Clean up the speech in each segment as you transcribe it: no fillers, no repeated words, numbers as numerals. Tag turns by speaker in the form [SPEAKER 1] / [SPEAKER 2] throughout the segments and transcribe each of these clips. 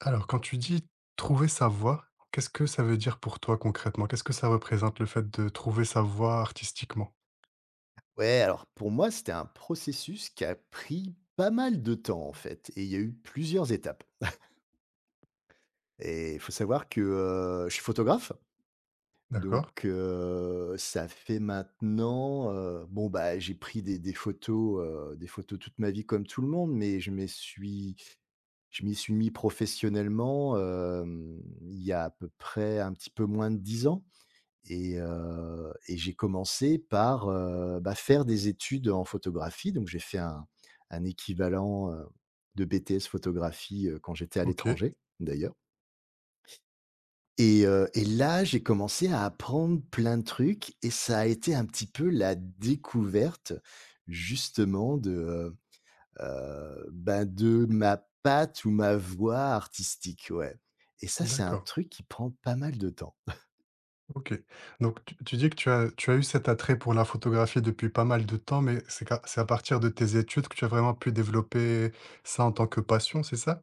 [SPEAKER 1] Alors, quand tu dis trouver sa voie, qu'est-ce que ça veut dire pour toi concrètement? Qu'est-ce que ça représente le fait de trouver sa voie artistiquement?
[SPEAKER 2] Ouais, alors pour moi, c'était un processus qui a pris pas mal de temps en fait et il y a eu plusieurs étapes. Et il faut savoir que, je suis photographe,
[SPEAKER 1] D'accord,
[SPEAKER 2] donc ça fait maintenant, j'ai pris des photos, des photos toute ma vie comme tout le monde, mais je m'y suis mis professionnellement, il y a à peu près un petit peu moins de 10 ans. Et j'ai commencé par, bah, faire des études en photographie. Donc j'ai fait un équivalent, de BTS photographie, quand j'étais à
[SPEAKER 1] ok,
[SPEAKER 2] l'étranger, d'ailleurs. Et là, j'ai commencé à apprendre plein de trucs et ça a été un petit peu la découverte, justement, de ma patte ou ma voix artistique, ouais, et ça, c'est un
[SPEAKER 1] d'accord.
[SPEAKER 2] truc qui prend pas mal de temps.
[SPEAKER 1] OK. Donc tu dis que tu as eu cet attrait pour la photographie depuis pas mal de temps, mais c'est à partir de tes études que tu as vraiment pu développer ça en tant que passion, c'est ça?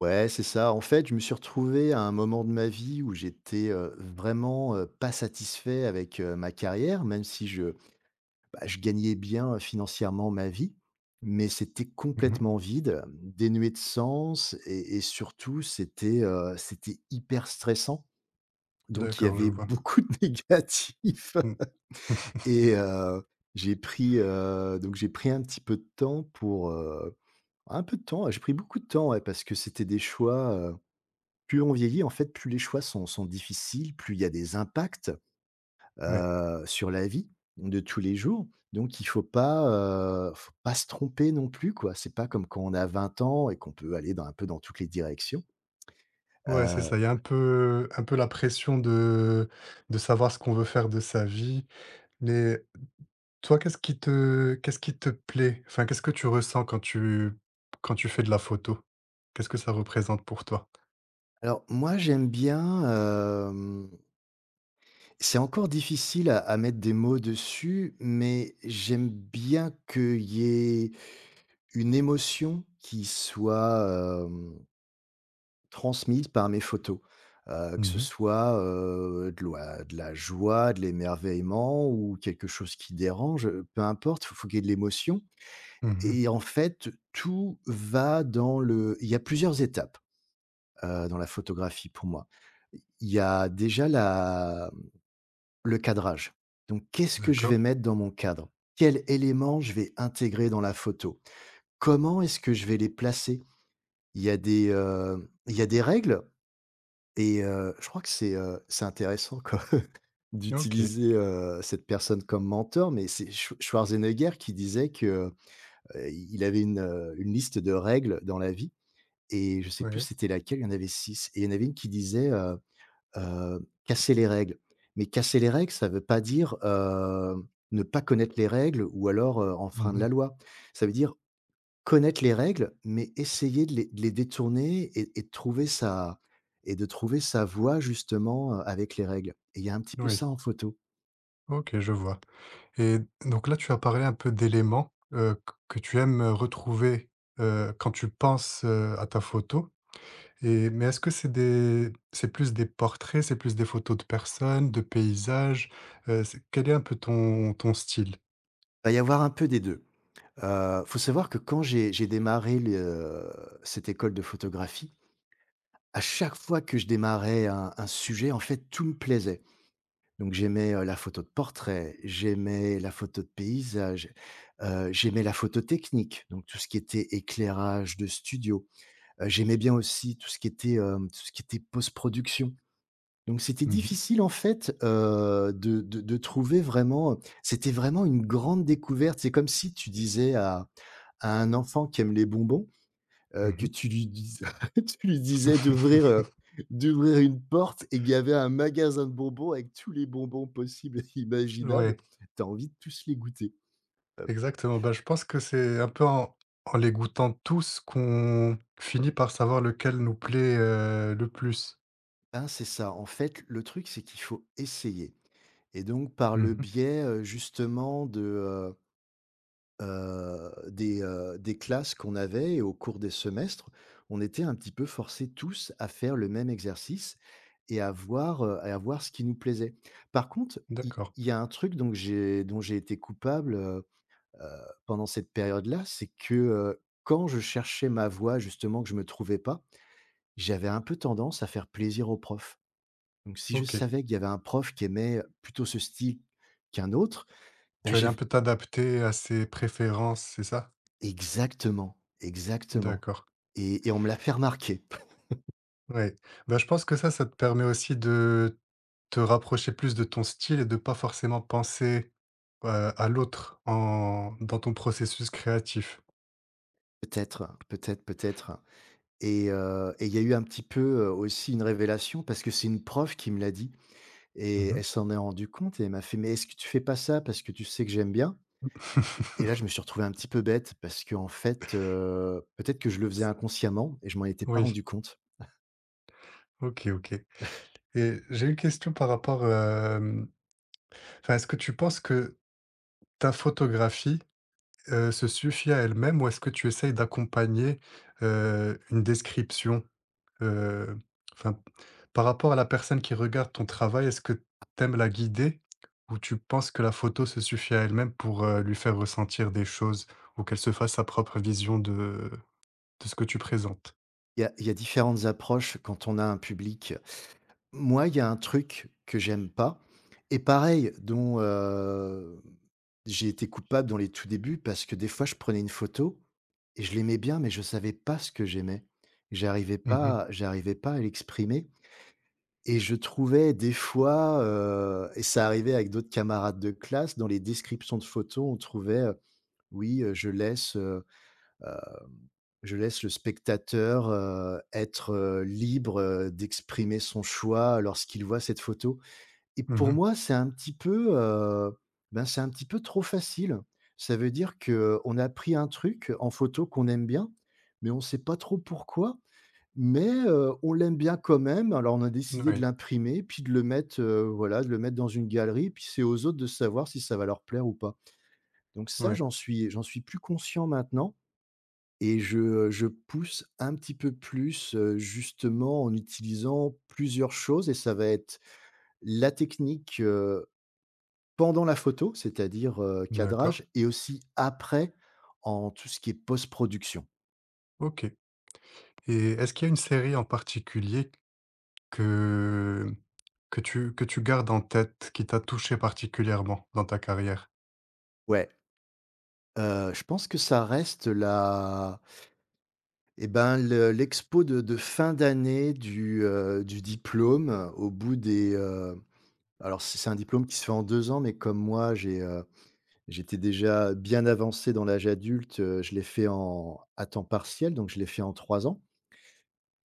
[SPEAKER 2] Ouais, c'est ça. En fait, je me suis retrouvé à un moment de ma vie où j'étais, vraiment, pas satisfait avec, ma carrière, même si je, bah, je gagnais bien financièrement ma vie. Mais c'était
[SPEAKER 1] Mmh.
[SPEAKER 2] complètement vide, dénué de sens et surtout c'était, c'était hyper stressant. Donc il y
[SPEAKER 1] D'accord, je
[SPEAKER 2] avait
[SPEAKER 1] vois.
[SPEAKER 2] beaucoup de négatifs.
[SPEAKER 1] Mmh.
[SPEAKER 2] Et j'ai pris, j'ai pris un petit peu de temps pour, un peu de temps, ouais, j'ai pris beaucoup de temps, ouais, parce que c'était des choix. Plus on vieillit, en fait, plus les choix sont difficiles, plus il y a des impacts,
[SPEAKER 1] Ouais.
[SPEAKER 2] sur la vie de tous les jours. Donc il faut pas se tromper non plus, quoi. C'est pas comme quand on a 20 ans et qu'on peut aller dans un peu dans toutes les directions.
[SPEAKER 1] Ouais, c'est
[SPEAKER 2] Heu,
[SPEAKER 1] ça. Il y a un peu la pression de savoir ce qu'on veut faire de sa vie. Mais toi, qu'est-ce qui te plaît? Enfin, qu'est-ce que tu ressens quand tu fais de la photo? Qu'est-ce que ça représente pour toi?
[SPEAKER 2] alors moi, j'aime bien, hem, c'est encore difficile à mettre des mots dessus, mais j'aime bien qu'il y ait une émotion qui soit transmise par mes photos, que
[SPEAKER 1] Mmh
[SPEAKER 2] ce
[SPEAKER 1] mh.
[SPEAKER 2] soit, de la joie, de l'émerveillement ou quelque chose qui dérange, peu importe, il faut qu'il y ait de l'émotion.
[SPEAKER 1] Mmh.
[SPEAKER 2] Et en fait, tout va dans le il y a plusieurs étapes, dans la photographie pour moi. Il y a déjà la le cadrage. Donc qu'est-ce que je vais
[SPEAKER 1] D'accord.
[SPEAKER 2] mettre dans mon cadre? Quels éléments je vais intégrer dans la photo? Comment est-ce que je vais les placer? Il y a des, il y a des règles. Et je crois que c'est intéressant quoi
[SPEAKER 1] OK.
[SPEAKER 2] d'utiliser, cette personne comme mentor, mais c'est Schwarzenegger qui disait que, il avait une liste de règles dans la vie et je sais plus
[SPEAKER 1] Oui.
[SPEAKER 2] c'était laquelle, il y en avait 6. Et il y en avait une qui disait, «Casser les règles». Mais casser les règles, ça veut pas dire, ne pas connaître les règles ou alors, enfreindre
[SPEAKER 1] Mmh.
[SPEAKER 2] la loi. Ça veut dire connaître les règles, mais essayer de les détourner et de trouver sa voie justement, avec les règles et il y a un petit peu ça
[SPEAKER 1] Oui.
[SPEAKER 2] en photo.
[SPEAKER 1] OK, je vois. Et donc là, tu as parlé un peu d'éléments, q que tu aimes, retrouver, quand tu penses, à ta photo et mais est-ce que c'est plus des portraits, c'est plus des photos de personnes, de paysages? C'est quel est un peu ton style?
[SPEAKER 2] Il va y avoir un peu des 2. Faut savoir que quand j'ai démarré le cette école de photographie, à chaque fois que je démarrais un sujet, en fait, tout me plaisait. Donc j'aimais, la photo de portrait, j'aimais la photo de paysage, j'aimais la photo technique, donc tout ce qui était éclairage de studio. J'aimais bien aussi tout ce qui était, tout ce qui était post-production. Donc c'était
[SPEAKER 1] Mmh mh.
[SPEAKER 2] difficile en fait, de de trouver vraiment, c'était vraiment une grande découverte. C'est comme si tu disais à un enfant qui aime les bonbons, que tu lui dises tu lui disais d'ouvrir, d'ouvrir une porte et qu'il y avait un magasin de bonbons avec tous les bonbons possibles et imaginables.
[SPEAKER 1] Ouais,
[SPEAKER 2] T'as envie de tous les goûter.
[SPEAKER 1] exactement. Bah, je pense que c'est un peu en les goûtant tous qu'on finit par savoir lequel nous plaît, le plus.
[SPEAKER 2] Ben, c'est ça. En fait, le truc, c'est qu'il faut essayer. Et donc, par le
[SPEAKER 1] Mmh.
[SPEAKER 2] biais, justement des classes qu'on avait et au cours des semestres, on était un petit peu forcés tous à faire le même exercice et à voir, et à voir ce qui nous plaisait. Par contre, il
[SPEAKER 1] D'accord.
[SPEAKER 2] il y a un truc donc j'ai dont j'ai été coupable, heu, pendant cette période-là, c'est que, quand je cherchais ma voie, justement, que je ne me trouvais pas, j'avais un peu tendance à faire plaisir aux profs. Donc si je
[SPEAKER 1] OK.
[SPEAKER 2] savais qu'il y avait un prof qui aimait plutôt ce style qu'un autre, ben
[SPEAKER 1] Tu allais
[SPEAKER 2] j'ai
[SPEAKER 1] un
[SPEAKER 2] OK.
[SPEAKER 1] peu t'adapter à ses préférences, c'est ça?
[SPEAKER 2] Exactement, exactement,
[SPEAKER 1] D'accord.
[SPEAKER 2] et on me l'a fait remarquer.
[SPEAKER 1] Oui. Bah, je pense que ça te permet aussi de te rapprocher plus de ton style et de pas forcément penser, heu, à l'autre en dans ton processus créatif.
[SPEAKER 2] Peut-être, peut-être, peut-être. Et il y a eu un petit peu, aussi une révélation parce que c'est une prof qui me l'a dit et
[SPEAKER 1] Mmh.
[SPEAKER 2] elle s'en est rendue compte et elle m'a fait: «Mais est-ce que tu fais pas ça parce que tu sais que j'aime bien?» Et là, je me suis retrouvé un petit peu bête parce que en fait, peut-être que je le faisais inconsciemment et je m'en étais pas
[SPEAKER 1] Oui,
[SPEAKER 2] rendu compte.
[SPEAKER 1] OK, OK, et j'ai une question par rapport, enfin, est-ce que tu penses que ta photographie, se suffit à elle-même ou est-ce que tu essayes d'accompagner, une description? Heu, enfin, par rapport à la personne qui regarde ton travail, est-ce que t'aimes la guider ou tu penses que la photo se suffit à elle-même pour, lui faire ressentir des choses ou qu'elle se fasse sa propre vision de ce que tu présentes?
[SPEAKER 2] Il y a différentes approches quand on a un public. Moi, il y a un truc que j'aime pas et pareil, dont, j'ai été coupable dans les tout débuts parce que des fois, je prenais une photo et je l'aimais bien, mais je savais pas ce que j'aimais.
[SPEAKER 1] Mmh mh.
[SPEAKER 2] J'arrivais pas à l'exprimer et je trouvais des fois, ça arrivait avec d'autres camarades de classe, dans les descriptions de photos, on trouvait, oui, je laisse le spectateur, être, libre, d'exprimer son choix lorsqu'il voit cette photo. Et pour
[SPEAKER 1] Mmh.
[SPEAKER 2] moi, c'est un petit peu, ben, c'est un petit peu trop facile. Ça veut dire que on a pris un truc en photo qu'on aime bien, mais on ne sait pas trop pourquoi, mais on l'aime bien quand même. Alors, on a décidé de
[SPEAKER 1] Oui,
[SPEAKER 2] l'imprimer, puis de le mettre, voilà, de le mettre dans une galerie, puis c'est aux autres de savoir si ça va leur plaire ou pas. Donc ça,
[SPEAKER 1] ouais,
[SPEAKER 2] j'en suis plus conscient maintenant et je pousse un petit peu plus, justement en utilisant plusieurs choses et ça va être la technique, pendant la photo, c'est-à-dire,
[SPEAKER 1] d'accord.
[SPEAKER 2] cadrage et aussi après en tout ce qui est post-production.
[SPEAKER 1] OK. Et est-ce qu'il y a une série en particulier que que tu gardes en tête, qui t'a touché particulièrement dans ta carrière?
[SPEAKER 2] Ouais, je pense que ça reste la et ben, le l'expo de fin d'année du diplôme alors c'est un diplôme qui se fait en 2 ans, mais comme moi j'ai, j'étais déjà bien avancé dans l'âge adulte, je l'ai fait en à temps partiel, donc je l'ai fait en 3 ans.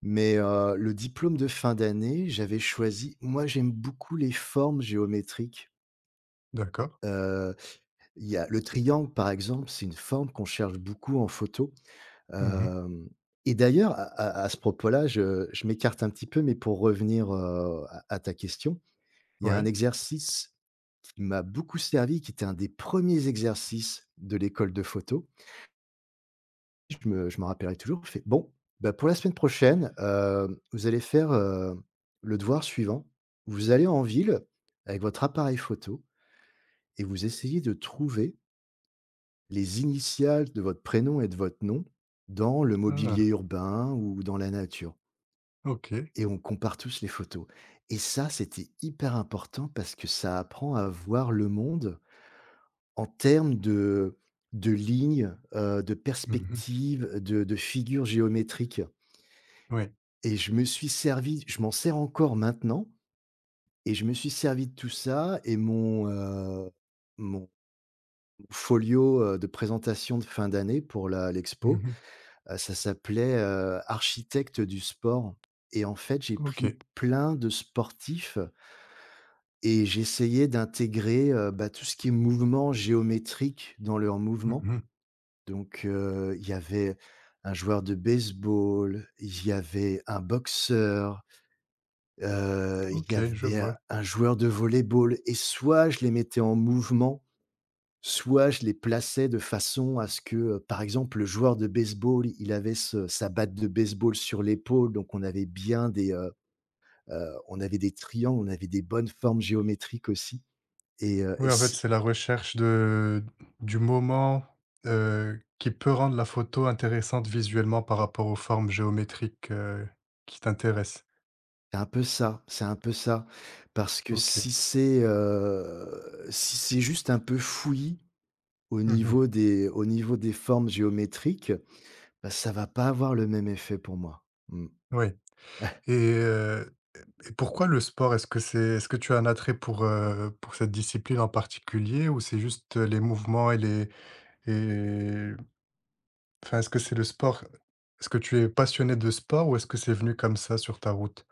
[SPEAKER 2] Mais le diplôme de fin d'année, j'avais choisi, moi, j'aime beaucoup les formes géométriques.
[SPEAKER 1] D'accord.
[SPEAKER 2] Heu, il y a le triangle, par exemple, c'est une forme qu'on cherche beaucoup en photo.
[SPEAKER 1] Mmh.
[SPEAKER 2] Hem et d'ailleurs, à ce propos-là, je m'écarte un petit peu, mais pour revenir, à ta question, il y a un
[SPEAKER 1] Oui.
[SPEAKER 2] exercice qui m'a beaucoup servi, qui était un des premiers exercices de l'école de photo. Je m'en rappellerai toujours. Je fais: «Bon, bah, pour la semaine prochaine, vous allez faire, le devoir suivant. Vous allez en ville avec votre appareil photo et vous essayez de trouver les initiales de votre prénom et de votre nom dans le mobilier
[SPEAKER 1] Ah!
[SPEAKER 2] urbain ou dans la nature».
[SPEAKER 1] OK.
[SPEAKER 2] Et on compare tous les photos et ça, c'était hyper important parce que ça apprend à voir le monde en termes de lignes, de
[SPEAKER 1] Mmh.
[SPEAKER 2] perspectives, de figures géométriques.
[SPEAKER 1] Oui.
[SPEAKER 2] Et je me suis servi je m'en sers encore maintenant et je me suis servi de tout ça et mon, mon folio, de présentation de fin d'année pour la l'expo,
[SPEAKER 1] Mmh.
[SPEAKER 2] ça s'appelait, architecte du sport, et en fait, j'ai pris
[SPEAKER 1] OK.
[SPEAKER 2] plein de sportifs et j'essayais d'intégrer, bah, tout ce qui est mouvement géométrique dans leur mouvement.
[SPEAKER 1] Mmh.
[SPEAKER 2] Donc, il y avait un joueur de baseball, il y avait un boxeur, il y
[SPEAKER 1] OK, je
[SPEAKER 2] avait
[SPEAKER 1] vois.
[SPEAKER 2] un joueur de volley-ball et soit je les mettais en mouvement, soit je les plaçais de façon à ce que, par exemple, le joueur de baseball, il avait ce sa batte de baseball sur l'épaule, donc on avait bien des, on avait des triangles, on avait des bonnes formes géométriques aussi. Et
[SPEAKER 1] Oui, en fait,
[SPEAKER 2] c'est
[SPEAKER 1] c'est la recherche de du moment, qui peut rendre la photo intéressante visuellement par rapport aux formes géométriques, qui t'intéressent.
[SPEAKER 2] un peu ça, c'est un peu ça. Parce que si
[SPEAKER 1] OK.
[SPEAKER 2] c'est, si c'est juste un peu fouillis
[SPEAKER 1] Mmh.
[SPEAKER 2] au niveau des formes géométriques, bah, ça va pas avoir le même effet pour moi. Mmh.
[SPEAKER 1] Oui, et heu et pourquoi le sport? Est-ce que tu as un attrait pour cette discipline en particulier ou c'est juste les mouvements et les et enfin, est-ce que c'est le sport? Est-ce que tu es passionné de sport ou est-ce que c'est venu comme ça sur ta route?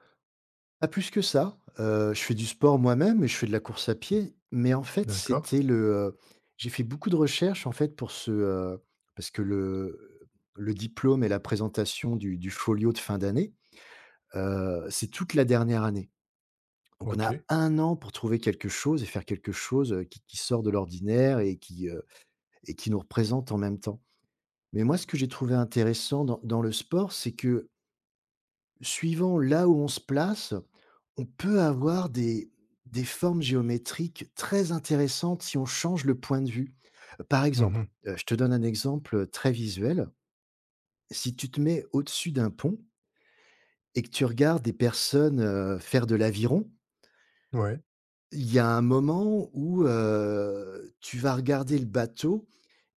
[SPEAKER 2] Pas plus que ça, je fais du sport moi-même et je fais de la course à pied, mais en fait,
[SPEAKER 1] D'accord,
[SPEAKER 2] j'ai fait beaucoup de recherches, en fait, parce que le diplôme et la présentation du folio de fin d'année, c'est toute la dernière année. Donc on a
[SPEAKER 1] OK.
[SPEAKER 2] un an pour trouver quelque chose et faire quelque chose, qui sort de l'ordinaire et qui nous représente en même temps. Mais moi, ce que j'ai trouvé intéressant dans le sport, c'est que suivant là où on se place, on peut avoir des formes géométriques très intéressantes si on change le point de vue. Par exemple,
[SPEAKER 1] Mmh.
[SPEAKER 2] je te donne un exemple, très visuel. Si tu te mets au-dessus d'un pont et que tu regardes des personnes, faire de l'aviron,
[SPEAKER 1] Ouais.
[SPEAKER 2] il y a un moment où, tu vas regarder le bateau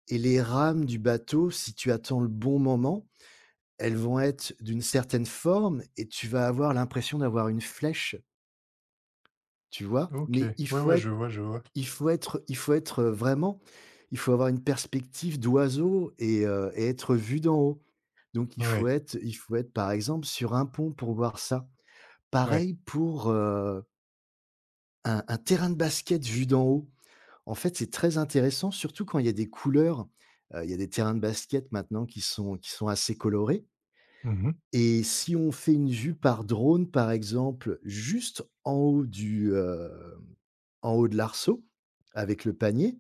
[SPEAKER 2] et les rames du bateau, si tu attends le bon moment, elles vont être d'une certaine forme et tu vas avoir l'impression d'avoir une flèche. Tu vois?
[SPEAKER 1] OK. Ouais, ouais, je vois, je vois.
[SPEAKER 2] Vraiment il faut avoir une perspective d'oiseau et et être vu d'en haut. Donc il faut
[SPEAKER 1] Ouais,
[SPEAKER 2] être il faut être, par exemple, sur un pont pour voir ça.
[SPEAKER 1] ouais.
[SPEAKER 2] Pareil pour, un terrain de basket vu d'en haut. En fait, c'est très intéressant, surtout quand il y a des couleurs. Il y a des terrains de basket maintenant qui sont assez colorés,
[SPEAKER 1] Mmh.
[SPEAKER 2] et si on fait une vue par drone, par exemple, juste en haut en haut de l'arceau avec le panier,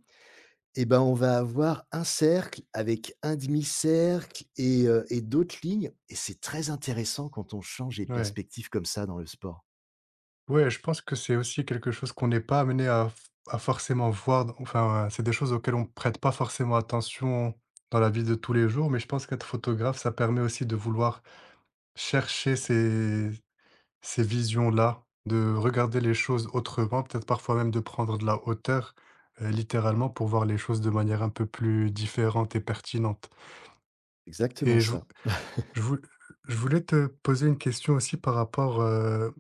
[SPEAKER 2] et ben, on va avoir un cercle avec un demi cercle et et d'autres lignes, et c'est très intéressant quand on change les
[SPEAKER 1] Ouais.
[SPEAKER 2] perspectives comme ça dans le sport.
[SPEAKER 1] Ouais, je pense que c'est aussi quelque chose qu'on n'est pas amené à f à forcément voir dans enfin, c'est des choses auxquelles on prête pas forcément attention dans la vie de tous les jours, mais je pense qu'être photographe, ça permet aussi de vouloir chercher ces visions-là, de regarder les choses autrement, peut-être parfois même de prendre de la hauteur, littéralement pour voir les choses de manière un peu plus différente et pertinente.
[SPEAKER 2] Exactement
[SPEAKER 1] Et
[SPEAKER 2] ça.
[SPEAKER 1] Je vou je voulais te poser une question aussi par rapport,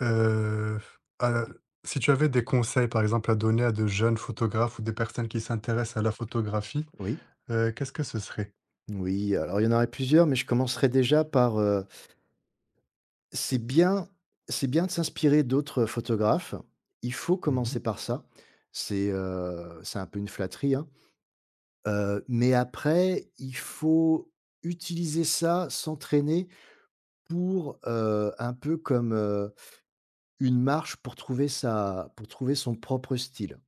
[SPEAKER 1] heu, à si tu avais des conseils, par exemple, à donner à de jeunes photographes ou des personnes qui s'intéressent à la photographie,
[SPEAKER 2] Oui,
[SPEAKER 1] qu'est-ce que ce serait?
[SPEAKER 2] oui, alors il y en aurait plusieurs, mais je commencerai déjà par, c'est bien c'est bien de s'inspirer d'autres photographes. Il faut
[SPEAKER 1] Mmh mh.
[SPEAKER 2] commencer par ça. C'est un peu une flatterie, hein, mais après il faut utiliser ça, s'entraîner pour, un peu comme, une marche pour trouver sa pour trouver son propre style.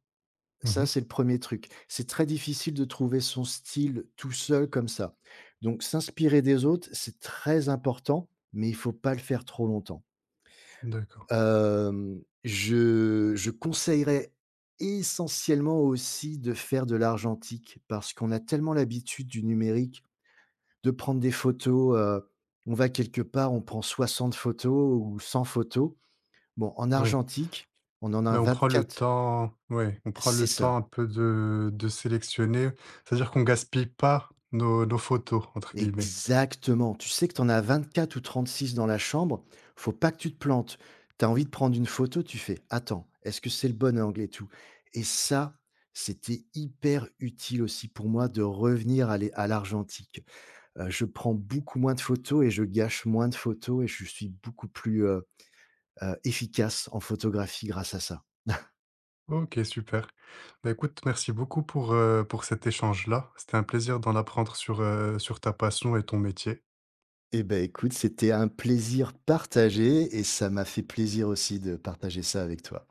[SPEAKER 2] Ça,
[SPEAKER 1] Mmh.
[SPEAKER 2] c'est le premier truc. C'est très difficile de trouver son style tout seul comme ça. Donc s'inspirer des autres, c'est très important, mais il faut pas le faire trop longtemps.
[SPEAKER 1] D'accord.
[SPEAKER 2] Je conseillerais essentiellement aussi de faire de l'argentique parce qu'on a tellement l'habitude du numérique de prendre des photos, on va quelque part, on prend 60 photos ou 100 photos. Bon, en
[SPEAKER 1] Oui.
[SPEAKER 2] argentique, on en a
[SPEAKER 1] Mais on prend le
[SPEAKER 2] 24.
[SPEAKER 1] temps, ouais, on prend
[SPEAKER 2] C'est
[SPEAKER 1] le
[SPEAKER 2] ça,
[SPEAKER 1] temps un peu de sélectionner, c'est-à-dire qu'on gaspille pas nos «photos» entre guillemets.
[SPEAKER 2] exactement. Tu sais que tu en as 24 ou 36 dans la chambre, faut pas que tu te plantes. Tu as envie de prendre une photo, tu fais: «Attends, est-ce que c'est le bon angle et tout?» Et ça, c'était hyper utile aussi pour moi de revenir à l'argentique. Je prends beaucoup moins de photos et je gâche moins de photos et je suis beaucoup plus, efficace en photographie grâce à ça.
[SPEAKER 1] OK, super. Bah, écoute, merci beaucoup pour cet échange-là. C'était un plaisir d'en apprendre sur, sur ta passion et ton métier.
[SPEAKER 2] Eh ben écoute, c'était un plaisir partagé et ça m'a fait plaisir aussi de partager ça avec toi.